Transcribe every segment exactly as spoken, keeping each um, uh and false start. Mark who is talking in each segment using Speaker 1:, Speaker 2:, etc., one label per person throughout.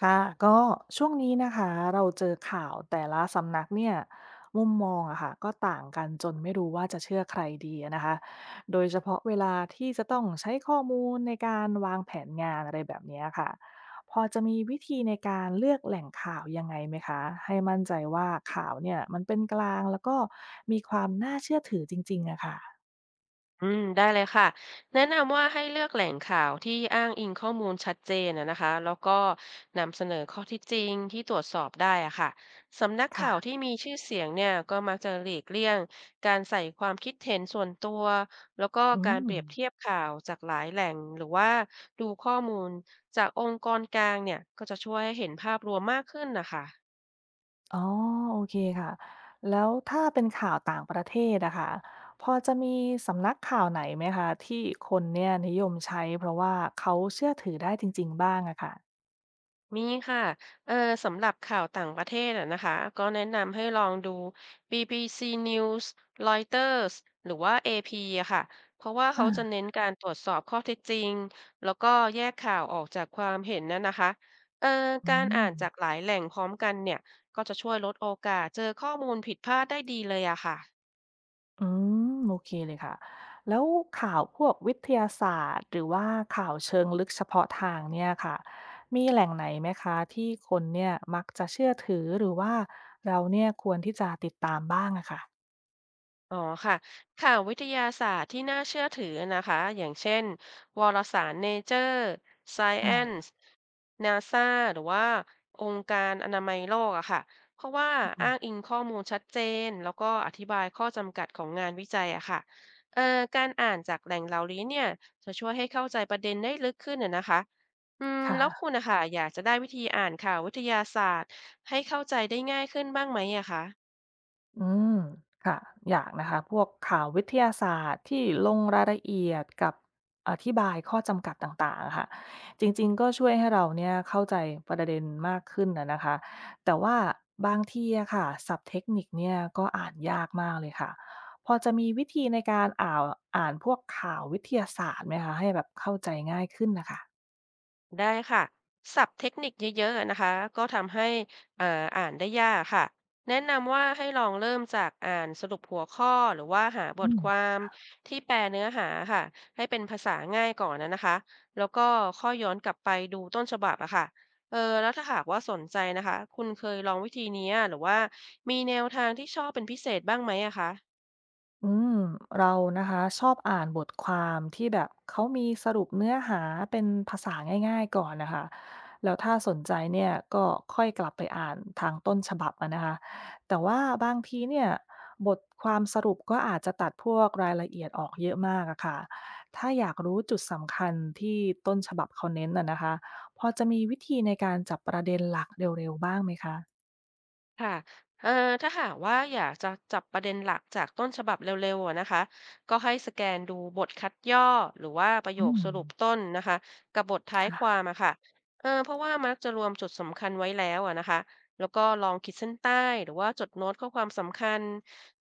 Speaker 1: ค่ะก็ช่วงนี้นะคะเราเจอข่าวแต่ละสำนักเนี่ยมุมมองอะค่ะก็ต่างกันจนไม่รู้ว่าจะเชื่อใครดีอะนะคะโดยเฉพาะเวลาที่จะต้องใช้ข้อมูลในการวางแผนงานอะไรแบบเนี้ยค่ะพอจะมีวิธีในการเลือกแหล่งข่าวยังไงไหมคะให้มั่นใจว่าข่าวเนี่ยมันเป็นกลางแล้วก็มีความน่าเชื่อถือจริงๆอะค่ะ
Speaker 2: อืมได้เลยค่ะแนะนำว่าให้เลือกแหล่งข่าวที่อ้างอิงข้อมูลชัดเจนนะนะคะแล้วก็นำเสนอข้อเที่จริงที่ตรวจสอบได้อะค่ะสำนัก
Speaker 1: ค่ะ
Speaker 2: ข่าวที่มีชื่อเสียงเนี่ยก็มักจะหลีกเลี่ยงการใส่ความคิดเห็นส่วนตัวแล้วก็
Speaker 1: อื
Speaker 2: การเป
Speaker 1: ม
Speaker 2: รียบเทียบข่าวจากหลายแหล่งหรือว่าดูข้อมูลจากองค์กรกลางเนี่ยก็จะช่วยให้เห็นภาพรวมมากขึ้นนะคะ
Speaker 1: อ๋อโอเคค่ะแล้วถ้าเป็นข่าวต่างประเทศอะค่ะพอจะมีสำนักข่าวไหนไหมคะที่คนเนี่ยนิยมใช้เพราะว่าเขาเชื่อถือได้จริงๆบ้างอะค่ะ
Speaker 2: มีค่ะเออสำหรับข่าวต่างประเทศอะนะคะก็แนะนำให้ลองดู บี บี ซี News Reuters หรือว่า เอ พี อพีอะค่ะ เพราะว่าเขา
Speaker 1: อา
Speaker 2: จะเน้นการตรวจสอบข้อเท็จจริง แล้วก็แยกข่าวออกจากความเห็นนันนะคะเออ
Speaker 1: อื
Speaker 2: การ
Speaker 1: ม
Speaker 2: อ่านจากหลายแหล่งพร้อมกันเนี่ยก็จะช่วยลดโอกาสเจอข้อมูลผิดพลาดได้ดีเลยอะค่ะ
Speaker 1: อืมโอเคเลยค่ะแล้วข่าวพวกวิทยาศาสตร์หรือว่าข่าวเชิงลึกเฉพาะทางเนี่ยค่ะมีแหล่งไหนไหมคะที่คนเนี่ยมักจะเชื่อถือหรือว่าเราเนี่ยควรที่จะติดตามบ้างอะค่ะ
Speaker 2: อ๋อค่ะข่าววิทยาศาสตร์ที่น่าเชื่อถือนะคะ อย่างเช่นวารสาร Nature
Speaker 1: อา
Speaker 2: Science NASA หรือว่าองค์การอนามัยโลกอะค่ะเพราะว่า
Speaker 1: อืม
Speaker 2: อ้างอิงข้อมูลชัดเจนแล้วก็อธิบายข้อจำกัดของงานวิจัยอะค่ะเอ่อการอ่านจากแหล่งเหล่านี้เนี่ยจะช่วยให้เข้าใจประเด็นได้ลึกขึ้นอะนะคะอืมแล้วคุ
Speaker 1: ค่ะ
Speaker 2: ณนะคะอยากจะได้วิธีอ่านข่าววิทยาศาสตร์ให้เข้าใจได้ง่ายขึ้นบ้างไหมอะคะ
Speaker 1: อืมค่ะอยากนะคะพวกข่าววิทยาศาสตร์ที่ลงรายละเอียดกับอธิบายข้อจำกัดต่างๆอะค่ะจริงๆก็ช่วยให้เราเนี่ยเข้าใจประเด็นมากขึ้นนะนะคะแต่ว่าบางทีอะค่ะศัพท์เทคนิคเนี่ยก็อ่านยากมากเลยค่ะพอจะมีวิธีในการอ่านอ่านพวกข่าววิทยาศาสตร์ไหมคะให้แบบเข้าใจง่ายขึ้นนะคะ
Speaker 2: ได้ค่ะศัพท์เทคนิคเยอะๆนะคะก็ทำให้เอ่ออ่านได้ยากค่ะแนะนำว่าให้ลองเริ่มจากอ่านสรุปหัวข้อหรือว่าหาบ
Speaker 1: อื
Speaker 2: ทควา
Speaker 1: ม
Speaker 2: มที่แปลเนื้อหาค่ะให้เป็นภาษาง่ายก่อนนะนะคะแล้วก็ค่อยย้อนกลับไปดูต้นฉบับอะค่ะเออแล้วถ้าหากว่าสนใจนะคะคุณเคยลองวิธีนี้หรือว่ามีแนวทางที่ชอบเป็นพิเศษบ้างไหมอะคะ
Speaker 1: อืมเรานะคะชอบอ่านบทความที่แบบเขามีสรุปเนื้อหาเป็นภาษาง่ายๆก่อนนะคะแล้วถ้าสนใจเนี่ยก็ค่อยกลับไปอ่านทางต้นฉบับอะนะคะแต่ว่าบางทีเนี่ยบทความสรุปก็อาจจะตัดพวกรายละเอียดออกเยอะมากอะค่ะถ้าอยากรู้จุดสำคัญที่ต้นฉบับเขาเน้นอะนะคะพอจะมีวิธีในการจับประเด็นหลักเร็วๆบ้างไหมคะ
Speaker 2: ค่ะเอ่อถ้าหากว่าอยากจะจับประเด็นหลักจากต้นฉบับเร็วๆอะนะคะก็ให้สแกนดูบทคัดย่อหรือว่าประโย
Speaker 1: อื
Speaker 2: ค
Speaker 1: ม
Speaker 2: สรุปต้นนะคะกับบทท้ายควา
Speaker 1: ค่ะ
Speaker 2: มอะค่ะเออเพราะว่ามักจะรวมจุดสำคัญไว้แล้วอะนะคะแล้วก็ลองขีดเส้นใต้หรือว่าจดโน้ตข้อความสำคัญ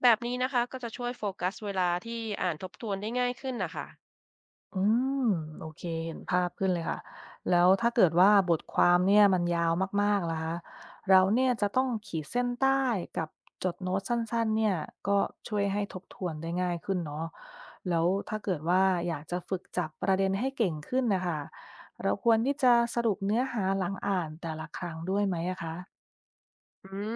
Speaker 2: แบบนี้นะคะก็จะช่วยโฟกัสเวลาที่อ่านทบทวนได้ง่ายขึ้นนะคะ
Speaker 1: อืมโอเคเห็นภาพขึ้นเลยค่ะแล้วถ้าเกิดว่าบทความเนี่ยมันยาวมากๆล่ะคะเราเนี่ยจะต้องขีดเส้นใต้กับจดโน้ตสั้นๆเนี่ยก็ช่วยให้ทบทวนได้ง่ายขึ้นเนาะแล้วถ้าเกิดว่าอยากจะฝึกจับประเด็นให้เก่งขึ้นนะคะเราควรที่จะสรุปเนื้อหาหลังอ่านแต่ละครั้งด้วยไหมอะคะ
Speaker 2: อืม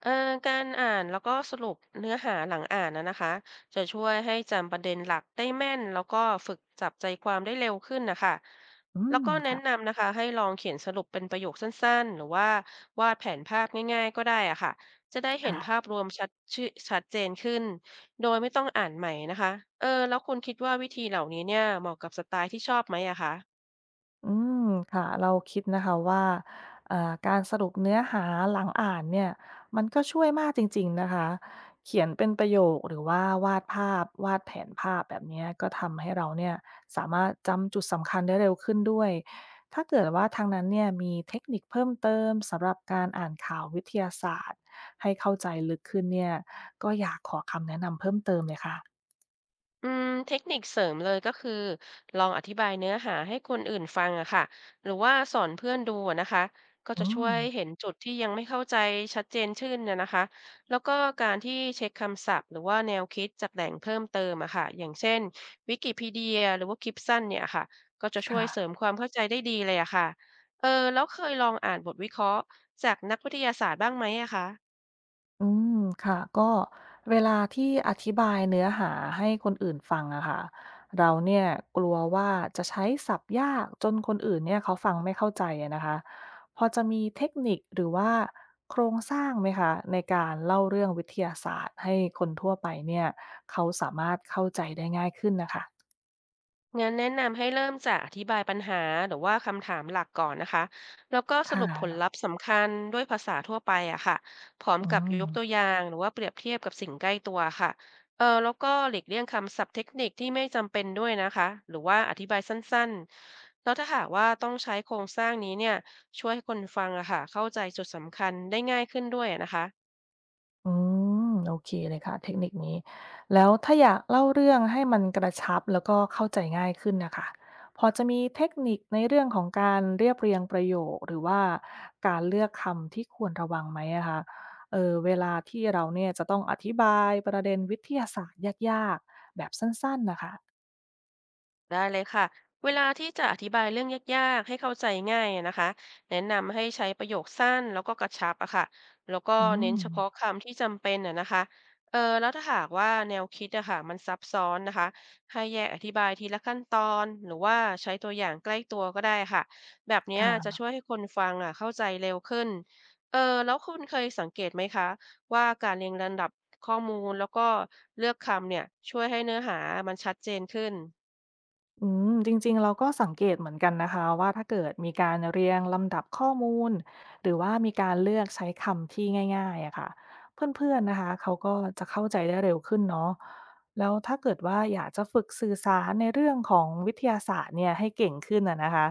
Speaker 2: เอ่อการอ่านแล้วก็สรุปเนื้อหาหลังอ่านนะนะคะจะช่วยให้จำประเด็นหลักได้แม่นแล้วก็ฝึกจับใจความได้เร็วขึ้นนะคะ
Speaker 1: อื
Speaker 2: แล้ว
Speaker 1: ม
Speaker 2: ก็แนะ
Speaker 1: ค่ะ
Speaker 2: นำนะคะให้ลองเขียนสรุปเป็นประโยคสั้นๆหรือว่าวาดแผนภาพง่ายๆก็ได้อะค่ะจะได้เห็นภาพ
Speaker 1: ค่ะ
Speaker 2: รวมชัดชื่อชัดเจนขึ้นโดยไม่ต้องอ่านใหม่นะคะเออแล้วคุณคิดว่าวิธีเหล่านี้เนี่ยเหมาะกับสไตล์ที่ชอบไหมอะคะ
Speaker 1: อืมค่ะเราคิดนะคะว่าเอ่อการสรุปเนื้อหาหลังอ่านเนี่ยมันก็ช่วยมากจริงๆนะคะเขียนเป็นประโยคหรือว่าวาดภาพวาดแผนภาพแบบเนี้ยก็ทำให้เราเนี่ยสามารถจำจุดสำคัญได้เร็วขึ้นด้วยถ้าเกิดว่าทางนั้นเนี่ยมีเทคนิคเพิ่มเติมสำหรับการอ่านข่าววิทยาศาสตร์ให้เข้าใจลึกขึ้นเนี่ยก็อยากขอคำแนะนำเพิ่มเติมเลยค่ะ
Speaker 2: อืมเทคนิคเสริมเลยก็คือลองอธิบายเนื้อหาให้คนอื่นฟังอะค่ะหรือว่าสอนเพื่อนดูอะนะคะก็
Speaker 1: อื
Speaker 2: จะช่ว
Speaker 1: ม
Speaker 2: ยเห็นจุดที่ยังไม่เข้าใจชัดเจนขึ้นนะนะคะแล้วก็การที่เช็คคำศัพท์หรือว่าแนวคิดจากแหล่งเพิ่มเติมอะค่ะอย่างเช่นวิกิพีเดียหรือว่าคลิปสั้นเนี่ยค่ะก็จะช่วย
Speaker 1: ค่ะ
Speaker 2: เสริมความเข้าใจได้ดีเลยอะค่ะเออแล้วเคยลองอ่านบทวิเคราะห์จากนักวิทยาศาสตร์บ้างไหมอะคะ
Speaker 1: อืมค่ะก็เวลาที่อธิบายเนื้อหาให้คนอื่นฟังอะค่ะเราเนี่ยกลัวว่าจะใช้ศัพท์ยากจนคนอื่นเนี่ยเขาฟังไม่เข้าใจอะนะคะพอจะมีเทคนิคหรือว่าโครงสร้างไหมคะในการเล่าเรื่องวิทยาศาสตร์ให้คนทั่วไปเนี่ยเขาสามารถเข้าใจได้ง่ายขึ้นนะคะ
Speaker 2: งั้นแนะนำให้เริ่มจากอธิบายปัญหาหรือว่าคำถามหลักก่อนนะคะแล้วก็สรุปผล
Speaker 1: ค่ะ
Speaker 2: ลัพธ์สำคัญด้วยภาษาทั่วไปอะค่ะพร้อม
Speaker 1: อื
Speaker 2: กับยกตัว
Speaker 1: ม
Speaker 2: อย่างหรือว่าเปรียบเทียบกับสิ่งใกล้ตัวค่ะเออแล้วก็หลีกเลี่ยงคำศัพท์เทคนิคที่ไม่จำเป็นด้วยนะคะหรือว่าอธิบายสั้นๆแล้วถ้าหากว่าต้องใช้โครงสร้างนี้เนี่ยช่วยให้คนฟังอะค่ะเข้าใจจุดสำคัญได้ง่ายขึ้นด้วยนะคะ
Speaker 1: อืมโอเคเลยค่ะเทคนิคนี้แล้วถ้าอยากเล่าเรื่องให้มันกระชับแล้วก็เข้าใจง่ายขึ้นนะคะพอจะมีเทคนิคในเรื่องของการเรียบเรียงประโยคหรือว่าการเลือกคำที่ควรระวังไหมอะคะเออเวลาที่เราเนี่ยจะต้องอธิบายประเด็นวิทยาศาสตร์ยากๆแบบสั้นๆนะคะ
Speaker 2: ได้เลยค่ะเวลาที่จะอธิบายเรื่องยากๆให้เข้าใจง่ายอะนะคะแนะนำให้ใช้ประโยคสั้นแล้วก็กระชับอะค่ะแล้วก็
Speaker 1: อื
Speaker 2: เน้นเฉพาะ
Speaker 1: ม
Speaker 2: คำที่จำเป็นอะนะคะเออแล้วถ้าหากว่าแนวคิดอะค่ะมันซับซ้อนนะคะให้แยกอธิบายทีละขั้นตอนหรือว่าใช้ตัวอย่างใกล้ตัวก็ได้ค่ะแบบเนี้ยจะ
Speaker 1: ค่ะ
Speaker 2: ช่วยให้คนฟังอะเข้าใจเร็วขึ้นเออแล้วคุณเคยสังเกตไหมคะว่าการเรียงลำดับข้อมูลแล้วก็เลือกคำเนี่ยช่วยให้เนื้อหามันชัดเจนขึ้น
Speaker 1: อืมจริงๆเราก็สังเกตเหมือนกันนะคะว่าถ้าเกิดมีการเรียงลำดับข้อมูลหรือว่ามีการเลือกใช้คำที่ง่ายๆอะค่ะเพื่อนๆนะคะเขาก็จะเข้าใจได้เร็วขึ้นเนาะแล้วถ้าเกิดว่าอยากจะฝึกสื่อสารในเรื่องของวิทยาศาสตร์เนี่ยให้เก่งขึ้นอะนะคะ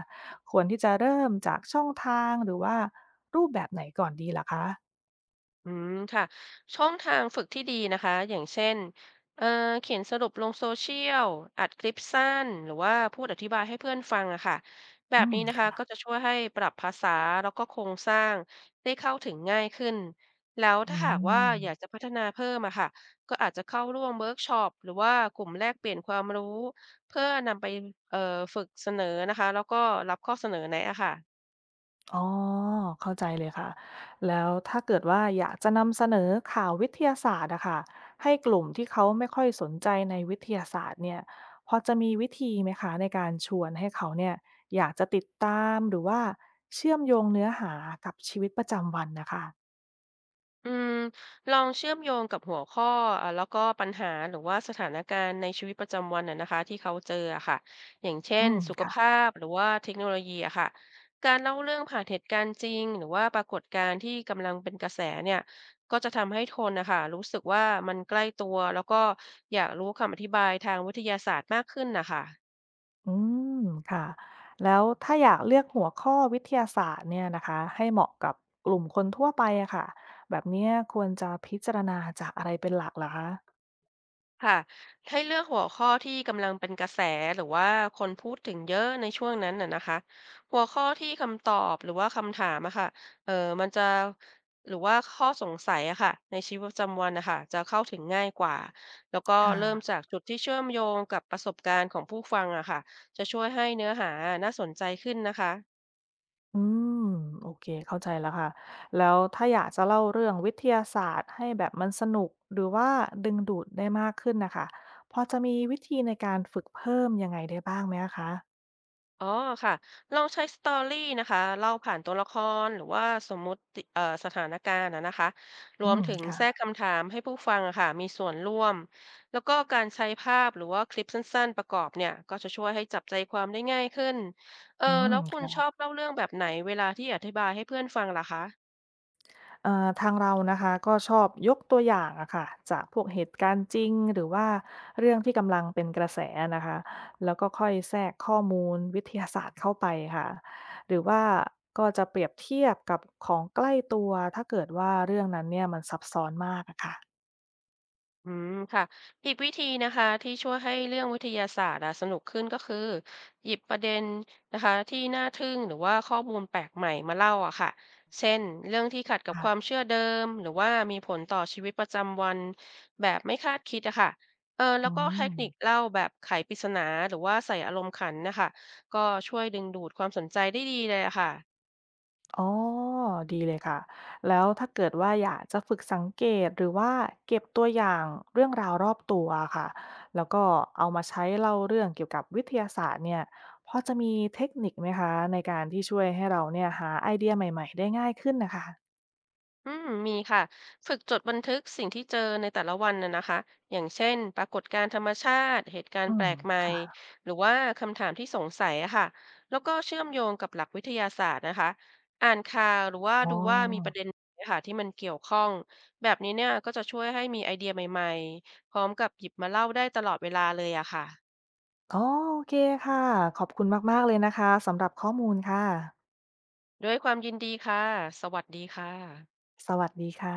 Speaker 1: ควรที่จะเริ่มจากช่องทางหรือว่ารูปแบบไหนก่อนดีล่ะคะ
Speaker 2: อืมค่ะช่องทางฝึกที่ดีนะคะอย่างเช่นเอ่อเขียนสรุปลงโซเชียลอัดคลิปสั้นหรือว่าพูดอธิบายให้เพื่อนฟังอะค่ะแบ
Speaker 1: อื
Speaker 2: บ
Speaker 1: ม
Speaker 2: นี้นะคะ
Speaker 1: ค่ะ
Speaker 2: ก็จะช่วยให้ปรับภาษาแล้วก็โครงสร้างได้เข้าถึงง่ายขึ้นแล้ว
Speaker 1: อื
Speaker 2: ถ้าหากว่าอยากจะ
Speaker 1: ม
Speaker 2: พัฒนาเพิ่มอะค่ะก็อาจจะเข้าร่วมเวิร์กช็อปหรือว่ากลุ่มแลกเปลี่ยนความรู้เพื่อนำไปเอ่อฝึกเสนอนะคะแล้วก็รับข้อเสนอแนะอะค่ะ
Speaker 1: อ๋อเข้าใจเลยค่ะแล้วถ้าเกิดว่าอยากจะนำเสนอข่าววิทยาศาสตร์อะค่ะให้กลุ่มที่เขาไม่ค่อยสนใจในวิทยาศาสตร์เนี่ยพอจะมีวิธีไหมคะในการชวนให้เขาเนี่ยอยากจะติดตามหรือว่าเชื่อมโยงเนื้อหากับชีวิตประจำวันนะคะ
Speaker 2: อืมลองเชื่อมโยงกับหัวข้ออ่ะแล้วก็ปัญหาหรือว่าสถานการณ์ในชีวิตประจำวันน่ะนะคะที่เขาเจออะค่ะอย่างเช่
Speaker 1: อื
Speaker 2: น
Speaker 1: ม
Speaker 2: สุขภา
Speaker 1: ค่ะ
Speaker 2: พหรือว่าเทคโนโลยีอะค่ะการเล่าเรื่องผ่านเหตุการณ์จริงหรือว่าปรากฏการณ์ที่กำลังเป็นกระแสเนี่ยก็จะทำให้คนนะคะรู้สึกว่ามันใกล้ตัวแล้วก็อยากรู้คำอธิบายทางวิทยาศาสตร์มากขึ้นนะคะ
Speaker 1: อืมค่ะแล้วถ้าอยากเลือกหัวข้อวิทยาศาสตร์เนี่ยนะคะให้เหมาะกับกลุ่มคนทั่วไปอะค่ะแบบเนี้ยควรจะพิจารณาจากอะไรเป็นหลักเหรอคะ
Speaker 2: ค่ะให้เลือกหัวข้อที่กำลังเป็นกระแสหรือว่าคนพูดถึงเยอะในช่วงนั้นน่ะนะคะหัวข้อที่คำตอบหรือว่าคำถามอะค่ะเออมันจะหรือว่าข้อสงสัยอะค่ะในชีวิตประจำวันนะคะจะเข้าถึงง่ายกว่าแล้วก็เริ่ม
Speaker 1: ค่ะ
Speaker 2: จากจุดที่เชื่อมโยงกับประสบการณ์ของผู้ฟังอะค่ะจะช่วยให้เนื้อหาน่าสนใจขึ้นนะคะ
Speaker 1: อืมโอเคเข้าใจแล้วค่ะแล้วถ้าอยากจะเล่าเรื่องวิทยาศาสตร์ให้แบบมันสนุกหรือว่าดึงดูดได้มากขึ้นนะคะพอจะมีวิธีในการฝึกเพิ่มยังไงได้บ้างไหมอะคะ
Speaker 2: อ๋อค่ะลองใช้สตอรี่นะคะเล่าผ่านตัวละครหรือว่าสมมุติเอ่อสถานการณ์นะนะคะร
Speaker 1: อื
Speaker 2: วม
Speaker 1: ม
Speaker 2: ถึงแทรก
Speaker 1: ค่ะ
Speaker 2: คำถามให้ผู้ฟังอะค่ะมีส่วนร่วมแล้วก็การใช้ภาพหรือว่าคลิปสั้นๆประกอบเนี่ยก็จะช่วยให้จับใจความได้ง่ายขึ้นเออ
Speaker 1: อื
Speaker 2: แล้วคุณช
Speaker 1: ม
Speaker 2: อบเล่าเรื่องแบบไหนเวลาที่อธิบายให้เพื่อนฟังล่ะคะ
Speaker 1: เอ่อทางเรานะคะก็ชอบยกตัวอย่างอะค่ะจากพวกเหตุการณ์จริงหรือว่าเรื่องที่กำลังเป็นกระแสนะคะแล้วก็ค่อยแทรกข้อมูลวิทยาศาสตร์เข้าไปค่ะหรือว่าก็จะเปรียบเทียบกับของใกล้ตัวถ้าเกิดว่าเรื่องนั้นเนี่ยมันซับซ้อนมากอะค่ะ
Speaker 2: อืมค่ะอีกวิธีนะคะที่ช่วยให้เรื่องวิทยาศาสตร์อะสนุกขึ้นก็คือหยิบประเด็นนะคะที่น่าทึ่งหรือว่าข้อมูลแปลกใหม่มาเล่าอะค่ะเช่นเรื่องที่ขัดกับความ
Speaker 1: ค่ะ
Speaker 2: เชื่อเดิมหรือว่ามีผลต่อชีวิตประจำวันแบบไม่คาดคิดอะค่ะเออแล้
Speaker 1: อื
Speaker 2: วก็
Speaker 1: ม
Speaker 2: เทคนิคเล่าแบบไขปริศนาหรือว่าใส่อารมณ์ขันนะคะก็ช่วยดึงดูดความสนใจได้ดีเลยอะค่ะ
Speaker 1: อ๋อ ดีเลยค่ะ แล้วถ้าเกิดว่าอยากจะฝึกสังเกตหรือว่าเก็บตัวอย่างเรื่องราวรอบตัวค่ะแล้วก็เอามาใช้เล่าเรื่องเกี่ยวกับวิทยาศาสตร์เนี่ยพอจะมีเทคนิคไหมคะในการที่ช่วยให้เราเนี่ยหาไอเดียใหม่ๆได้ง่ายขึ้นนะคะ
Speaker 2: อืมมีค่ะฝึกจดบันทึกสิ่งที่เจอในแต่ละวันน่ะนะคะอย่างเช่นปรากฏการณ์ธรรมชาติเหตุการ
Speaker 1: อื
Speaker 2: ณ์แปล
Speaker 1: ม
Speaker 2: กใหม่
Speaker 1: ค่ะ
Speaker 2: หรือว่าคำถามที่สงสัยอะค่ะแล้วก็เชื่อมโยงกับหลักวิทยาศาสตร์นะคะอ่านข่าวหรือว่า
Speaker 1: อ๋อ
Speaker 2: ดูว่ามีประเด็นไหนอะค่ะที่มันเกี่ยวข้องแบบนี้เนี่ยก็จะช่วยให้มีไอเดียใหม่ๆพร้อมกับหยิบมาเล่าได้ตลอดเวลาเลยอะค่ะ
Speaker 1: อ๋อโอเคค่ะขอบคุณมากๆเลยนะคะสำหรับข้อมูลค่ะ
Speaker 2: ด้วยความยินดีค่ะสวัสดีค่ะ
Speaker 1: สวัสดีค่ะ